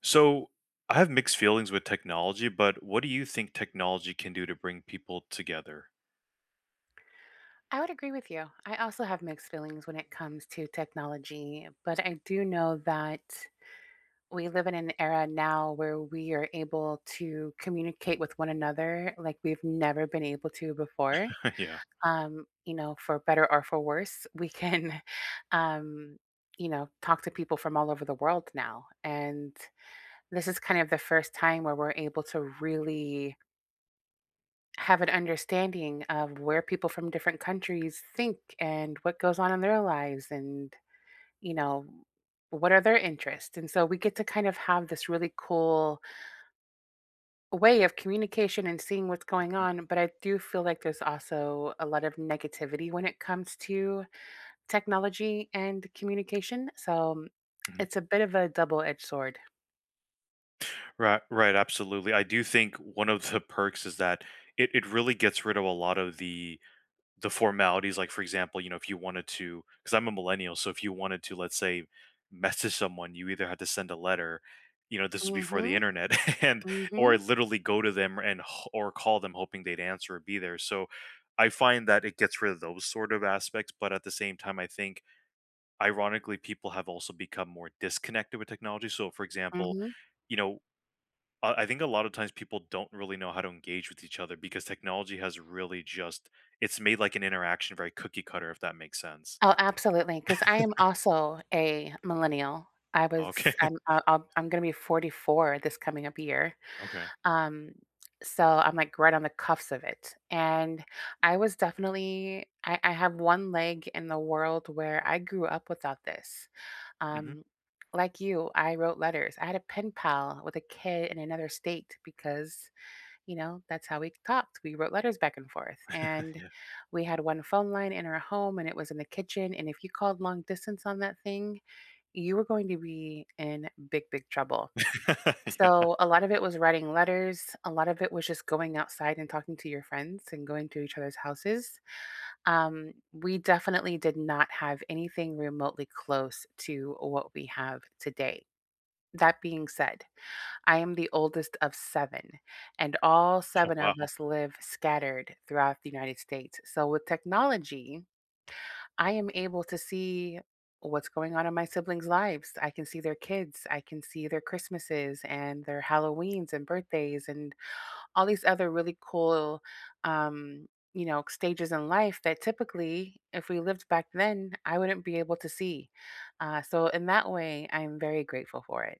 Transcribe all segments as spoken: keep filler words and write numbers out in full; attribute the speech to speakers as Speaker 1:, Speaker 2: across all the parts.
Speaker 1: So I have mixed feelings with technology, but what do you think technology can do to bring people together?
Speaker 2: I would agree with you. I also have mixed feelings when it comes to technology, but I do know that we live in an era now where we are able to communicate with one another like we've never been able to before.
Speaker 1: Yeah.
Speaker 2: Um, you know, for better or for worse, we can, um, you know, talk to people from all over the world now. And this is kind of the first time where we're able to really have an understanding of where people from different countries think and what goes on in their lives and you know what are their interests. And so we get to kind of have this really cool way of communication and seeing what's going on, but I do feel like there's also a lot of negativity when it comes to technology and communication, so
Speaker 1: Mhm.
Speaker 2: it's a bit of a double-edged sword.
Speaker 1: Right, right, absolutely. I do think one of the perks is that it, it really gets rid of a lot of the the formalities, like, for example, you know, if you wanted to, because I'm a millennial, so if you wanted to, let's say, message someone, you either had to send a letter. You know, this was
Speaker 2: Hmm.
Speaker 1: before the internet, and
Speaker 2: Hmm.
Speaker 1: or literally go to them and h- or call them hoping they'd answer or be there. So I find that it gets rid of those sort of aspects, but at the same time I think ironically people have also become more disconnected with technology. So for example,
Speaker 2: Hmm.
Speaker 1: you know, uh, I think a lot of times people don't really know how to engage with each other because technology has really just, it's made like an interaction very cookie cutter, if that makes sense.
Speaker 2: Oh, absolutely! Because I am also a millennial. I was
Speaker 1: Okay.
Speaker 2: I'm I I'll I'm gonna be forty-four this coming up year.
Speaker 1: Okay.
Speaker 2: Um, so I'm, like, right on the cuffs of it, and I was definitely I I have one leg in the world where I grew up without this.
Speaker 1: Hmm.
Speaker 2: Um, like you, I wrote letters. I had a pen pal with a kid in another state because you know, that's how we talked. We wrote letters back and forth. And
Speaker 1: Yeah.
Speaker 2: we had one phone line in our home and it was in the kitchen. And if you called long distance on that thing, you were going to be in big, big trouble.
Speaker 1: Yeah.
Speaker 2: So a lot of it was writing letters. A lot of it was just going outside and talking to your friends and going to each other's houses. Um, we definitely did not have anything remotely close to what we have today. That being said, I am the oldest of seven, and all seven
Speaker 1: Wow.
Speaker 2: of us live scattered throughout the United States. So with technology, I am able to see what's going on in my siblings' lives. I can see their kids, I can see their Christmases and their Halloweens and birthdays and all these other really cool, um, you know, stages in life that typically, if we lived back then, I wouldn't be able to see. Uh, so in that way, I'm very grateful for it.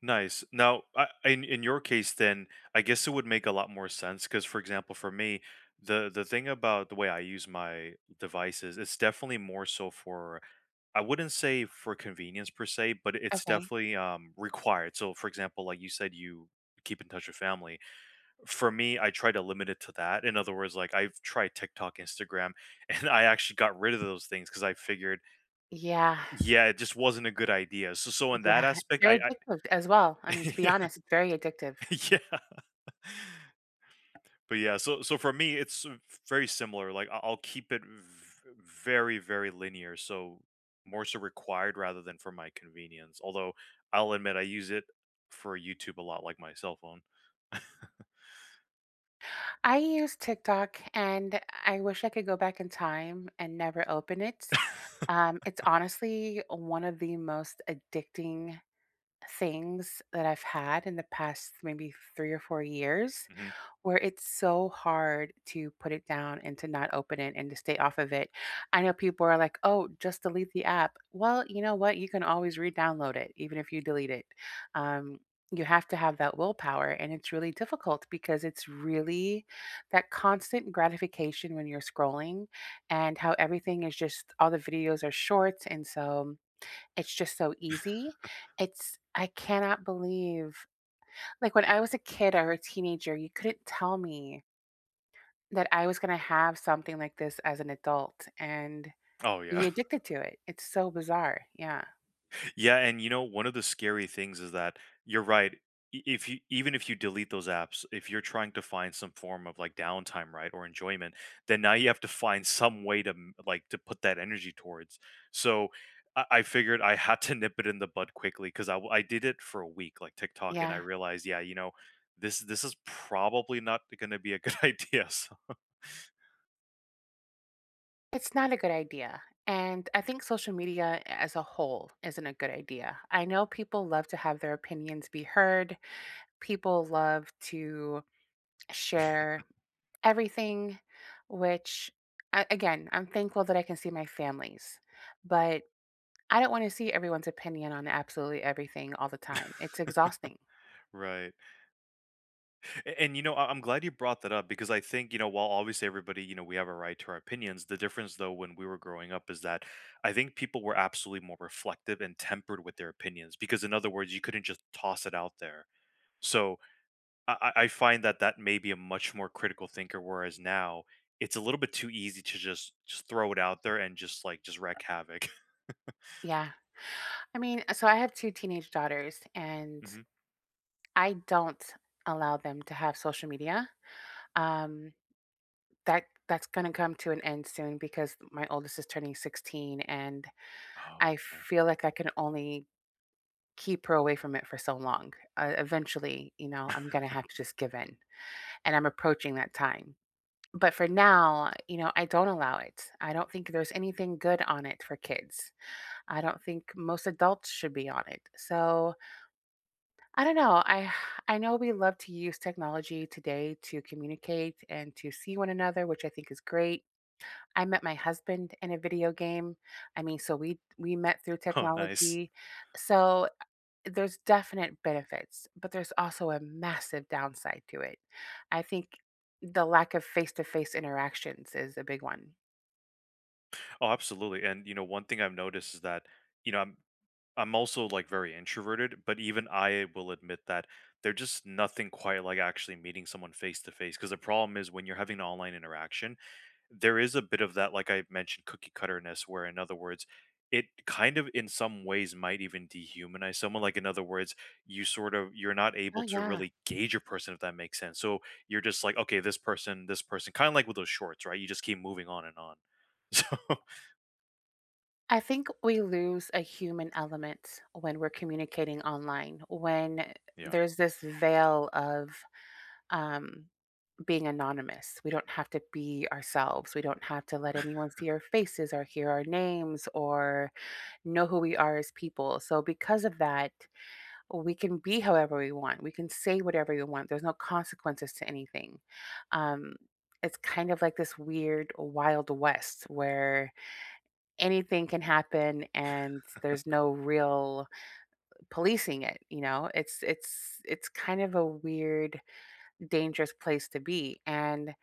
Speaker 1: Nice. Now, I, in in your case, then I guess it would make a lot more sense because, for example, for me, the the thing about the way I use my devices, it's definitely more so for, I wouldn't say for convenience per se, but it's
Speaker 2: Okay.
Speaker 1: definitely um, required. So, for example, like you said, you keep in touch with family. For me, I try to limit it to that. In other words, like, I've tried TikTok, Instagram, and I actually got rid of those things because I figured,
Speaker 2: Yeah.
Speaker 1: yeah, it just wasn't a good idea. So, so in that
Speaker 2: Yeah,
Speaker 1: aspect, I,
Speaker 2: they're
Speaker 1: I
Speaker 2: addictive as well. I mean, to be
Speaker 1: yeah,
Speaker 2: honest, it's very addictive.
Speaker 1: yeah. But yeah, so so for me, it's uh, very similar. Like I- I'll keep it v- very, very linear. So more so required rather than for my convenience. Although I'll admit I use it for YouTube a lot, like my cell phone.
Speaker 2: I use TikTok, and I wish I could go back in time and never open it. Um, it's honestly one of the most addicting things that I've had in the past maybe three or four years.
Speaker 1: Hmm.
Speaker 2: Where it's so hard to put it down and to not open it and to stay off of it. I know people are like, "Oh, just delete the app." Well, you know what? You can always re-download it even if you delete it. Um, you have to have that willpower, and it's really difficult because it's really that constant gratification when you're scrolling and how everything is just all the videos are short, and so it's just so easy. It's I cannot believe like, when I was a kid or a teenager, you couldn't tell me that I was gonna have something like this as an adult and
Speaker 1: Oh yeah.
Speaker 2: be addicted to it. It's so bizarre. Yeah.
Speaker 1: Yeah, and you know, one of the scary things is that you're right. i- If you, even if you delete those apps, if you're trying to find some form of like downtime, right, or enjoyment, then now you have to find some way to m- like to put that energy towards. So I, I figured I had to nip it in the bud quickly because I w- I did it for a week, like TikTok, and I
Speaker 2: Yeah.
Speaker 1: realized, yeah, you know, this this is probably not going to be a good idea. So,
Speaker 2: It's not a good idea. And I think social media as a whole isn't a good idea. I know people love to have their opinions be heard. People love to share everything, which a- again, I'm thankful that I can see my families, but I don't want to see everyone's opinion on absolutely everything all the time. It's exhausting.
Speaker 1: right. A- And you know, I- I'm glad you brought that up because I think, you know, while obviously everybody, you know, we have a right to our opinions, the difference though when we were growing up is that I think people were absolutely more reflective and tempered with their opinions because, in other words, you couldn't just toss it out there. So I, I I find that that may be a much more critical thinker, whereas now it's a little bit too easy to just just throw it out there and just like just wreak havoc.
Speaker 2: Yeah. I mean, so I have two teenage daughters, and
Speaker 1: Hmm.
Speaker 2: I don't allow them to have social media. Um, that that's going to come to an end soon because my oldest is turning sixteen, and
Speaker 1: Oh,
Speaker 2: I
Speaker 1: okay.
Speaker 2: feel like I can only keep her away from it for so long. Uh, eventually, you know, I'm going to have to just give in, and I'm approaching that time. But for
Speaker 1: Mhm.
Speaker 2: now, you know, I don't allow it. I don't think there's anything good on it for kids. I don't think most adults should be on it. So, I don't know. I I know we love to use technology today to communicate and to see one another, which I think is great. I met my husband in a video game. I mean, so we we met through
Speaker 1: Oh, nice.
Speaker 2: technology. So there's definite benefits, but there's also a massive downside to it. I think the lack of face-to-face interactions is a big one.
Speaker 1: Oh, absolutely. And you know, one thing I've noticed is that, you know, I'm I'm also like very introverted, but even I will admit that there's just nothing quite like actually meeting someone face to face. Because the problem is when you're having an online interaction, there is a bit of that, like I mentioned, cookie cutterness, where, in other words, it kind of in some ways might even dehumanize someone. Like in other words, you sort of, you're not
Speaker 2: Oh,
Speaker 1: able to
Speaker 2: yeah.
Speaker 1: really gauge a person, if that makes sense. So you're just like, okay, this person, this person, kind of like with those shorts, right? You just keep moving on and on. So
Speaker 2: I think we lose a human element when we're communicating online, when
Speaker 1: yeah.
Speaker 2: there's this veil of um, being anonymous. We don't have to be ourselves. We don't have to let anyone see our faces or hear our names or know who we are as people. So, because of that, we can be however we want. We can say whatever we want. There's no consequences to anything. Um, it's kind of like this weird Wild West where anything can happen and there's no real policing it. You know it's it's it's kind of a weird dangerous place to be. And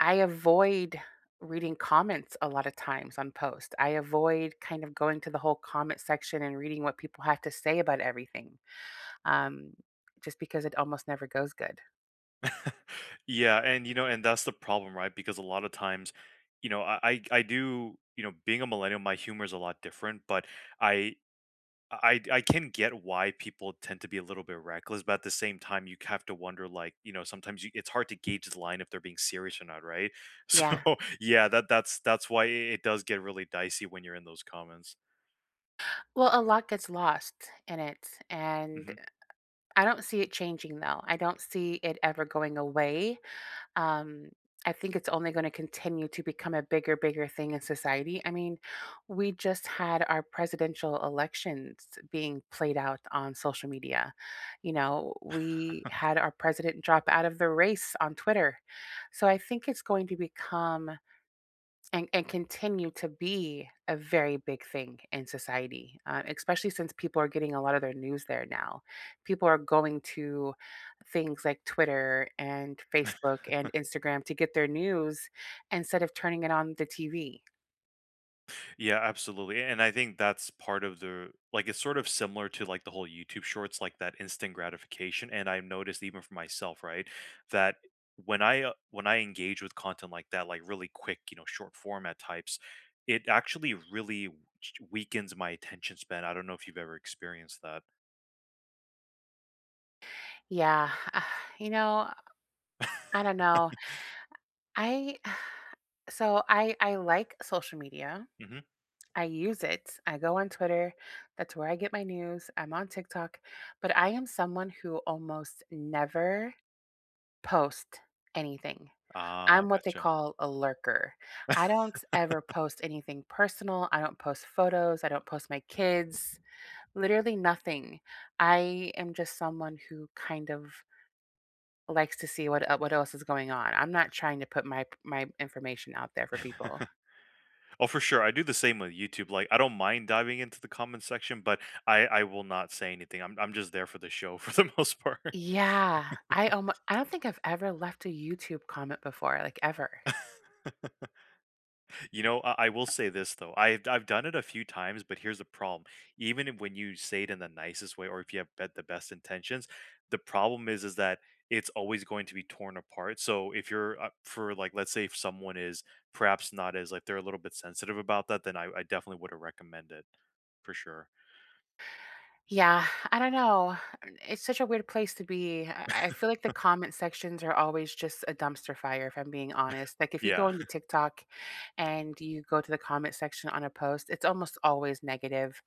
Speaker 2: I avoid reading comments a lot of times on posts. I avoid kind of going to the whole comment section and reading what people have to say about everything, um, just because it almost never goes good.
Speaker 1: Yeah, and you know, and that's the problem, right? Because a lot of times, you know, I I I do, you know, being a millennial, my humor is a lot different, but I I I can get why people tend to be a little bit reckless, but at the same time, you have to wonder, like, you know, sometimes you, it's hard to gauge the line if they're being serious or not, right? So
Speaker 2: Yeah.
Speaker 1: yeah, that that's that's why it, it does get really dicey when you're in those comments.
Speaker 2: Well, a lot gets lost in it. And
Speaker 1: Mhm.
Speaker 2: I don't see it changing, though. I don't see it ever going away. Um, I think it's only going to continue to become a bigger, bigger thing in society. I mean, we just had our presidential elections being played out on social media. You know, we had our president drop out of the race on Twitter. So I think it's going to become and and continue to be a very big thing in society, uh, especially since people are getting a lot of their news there now. People are going to things like Twitter and Facebook and Instagram to get their news instead of turning it on the T V.
Speaker 1: Yeah, absolutely. And I think that's part of the, like, it's sort of similar to like the whole YouTube shorts, like that instant gratification. And I've noticed even for myself, right, that when I uh, when I engage with content like that, like really quick, you know, short format types, it actually really w- ch- weakens my attention span. I don't know if you've ever experienced that.
Speaker 2: Yeah, you know, I don't know. I so I I like social media.
Speaker 1: Hmm.
Speaker 2: I use it. I go on Twitter. That's where I get my news. I'm on TikTok, but I am someone who almost never post anything.
Speaker 1: Ah,
Speaker 2: I'm what they
Speaker 1: gotcha.
Speaker 2: call a lurker. I don't ever post anything personal. I don't post photos. I don't post my kids, literally nothing. I am just someone who kind of likes to see what el- what else is going on. I'm not trying to put my my information out there for people.
Speaker 1: Oh, for sure. I do the same with YouTube. Like, I don't mind diving into the comment section, but I I will not say anything. I'm I'm just there for the show for the most part.
Speaker 2: Yeah, I um, I don't think I've ever left a YouTube comment before, like ever.
Speaker 1: You know, I, I will say this though. I have, I've done it a few times, but here's the problem. Even if- when you say it in the nicest way, or if you have bet the best intentions, the problem is is that it's always going to be torn apart. So if you're uh, for like, let's say if someone is perhaps not as like, they're a little bit sensitive about that, then I, I definitely would have recommended it for sure.
Speaker 2: Yeah, I don't know. It's such a weird place to be. I I feel like the comment sections are always just a dumpster fire, if I'm being honest. Like, if you go
Speaker 1: Yeah.
Speaker 2: into TikTok and you go to the comment section on a post, it's almost always negative.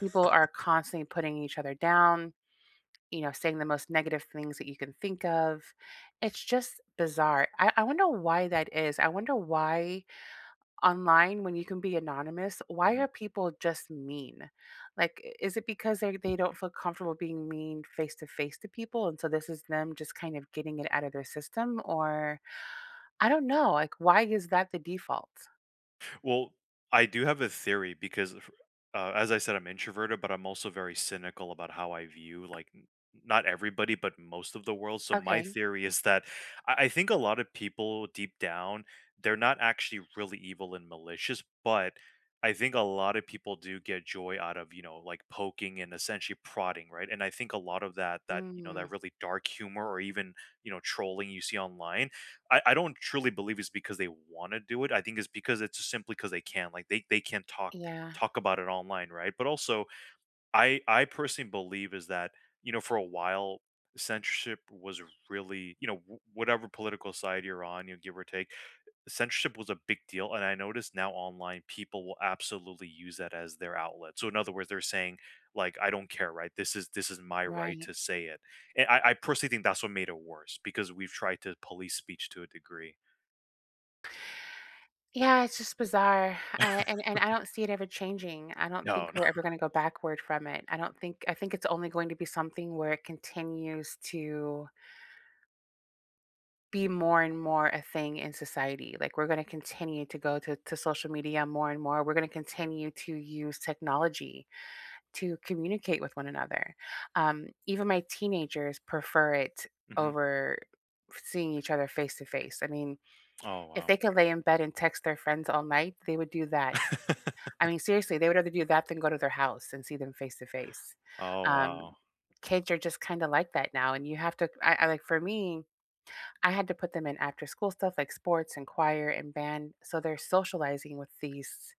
Speaker 2: People are constantly putting each other down, you know, saying the most negative things that you can think of. It's just bizarre. I, I wonder why that is. I wonder why online when you can be anonymous, why are people just mean? Like, i- is it because they they don't feel comfortable being mean face to face to people, and so this is them just kind of getting it out of their system, or I don't know, like why is that the default?
Speaker 1: Well, I do have a theory because, f- uh, as I said, I'm introverted, but I'm also very cynical about how I view, like n- not everybody, but most of the world. So my
Speaker 2: Okay.
Speaker 1: theory is that I, I think a lot of people deep down, they're not actually really evil and malicious, but I think a lot of people do get joy out of, you know, like poking and essentially prodding, right? And I think a lot of that that you know, that
Speaker 2: Mm,
Speaker 1: really dark humor or even, you know, trolling you see online, I, I don't truly believe it's because they want to do it. I think it's because it's just simply because they can. Like they they can talk
Speaker 2: yeah.
Speaker 1: talk about it online, right? But also, I I personally believe is that, you know, for a while, censorship was really, you know, wh- whatever political side you're on, you know, give or take, censorship was a big deal. And I noticed now online people will absolutely use that as their outlet. So in other words, they're saying like, I don't care, right? This is this is my right
Speaker 2: Right.
Speaker 1: to say it. And I, I personally think that's what made it worse because we've tried to police speech to a degree.
Speaker 2: Yeah, it's just bizarre. I, and and I don't see it ever changing. I don't
Speaker 1: No,
Speaker 2: think
Speaker 1: no.
Speaker 2: we're ever going to go backward from it. I don't think I think it's only going to be something where it continues to be more and more a thing in society. Like we're going to continue to go to, to social media more and more. We're going to continue to use technology to communicate with one another. Um, even my teenagers prefer it
Speaker 1: Mhm.
Speaker 2: over seeing each other face to face. I mean,
Speaker 1: Oh,
Speaker 2: if
Speaker 1: wow.
Speaker 2: they could lay in bed and text their friends all night, they would do that. I mean, seriously, they would rather do that than go to their house and see them face to face.
Speaker 1: Oh,
Speaker 2: Um,
Speaker 1: wow.
Speaker 2: Kids are just kind of like that now, and you have to. I, I like for me. I had to put them in after school stuff like sports and choir and band. So they're socializing with these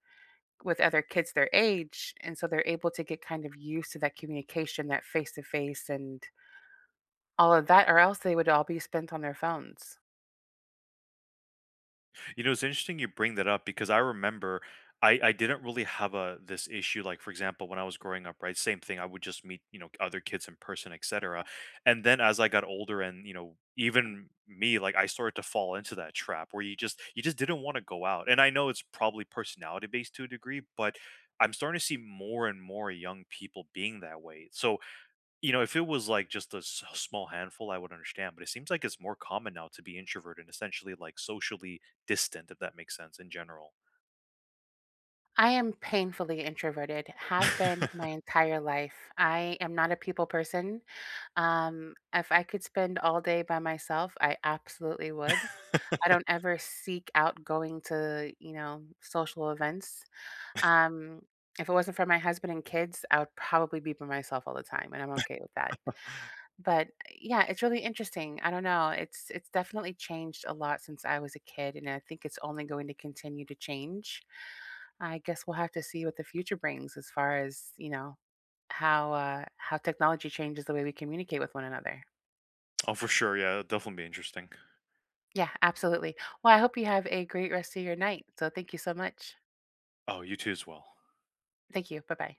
Speaker 2: with other kids their age. And so they're able to get kind of used to that communication, that face to face and all of that, or else they would all be spent on their phones.
Speaker 1: You know, it's interesting you bring that up because I remember I, I didn't really have a this issue. Like for example, when I was growing up, right, same thing. I would just meet, you know, other kids in person, et cetera. And then as I got older, and you know, even me, like I started to fall into that trap where you just, you just didn't want to go out. And I know it's probably personality based to a degree, but I'm starting to see more and more young people being that way. So you know, if it was like just a s- small handful, I would understand. But it seems like it's more common now to be introvert and essentially like socially distant, if that makes sense in general.
Speaker 2: I am painfully introverted, have been my entire life. I am not a people person. Um, if I could spend all day by myself, I absolutely would. I don't ever seek out going to, you know, social events. Um, if it wasn't for my husband and kids, I would probably be by myself all the time, and I'm okay with that. But yeah, it's really interesting. I don't know. It's it's definitely changed a lot since I was a kid, and I think it's only going to continue to change. I guess we'll have to see what the future brings as far as, you know, how uh, how technology changes the way we communicate with one another.
Speaker 1: Oh, for sure. Yeah, it'd definitely be interesting.
Speaker 2: Yeah, absolutely. Well, I hope you have a great rest of your night. So thank you so much.
Speaker 1: Oh, you too as well.
Speaker 2: Thank you. Bye bye.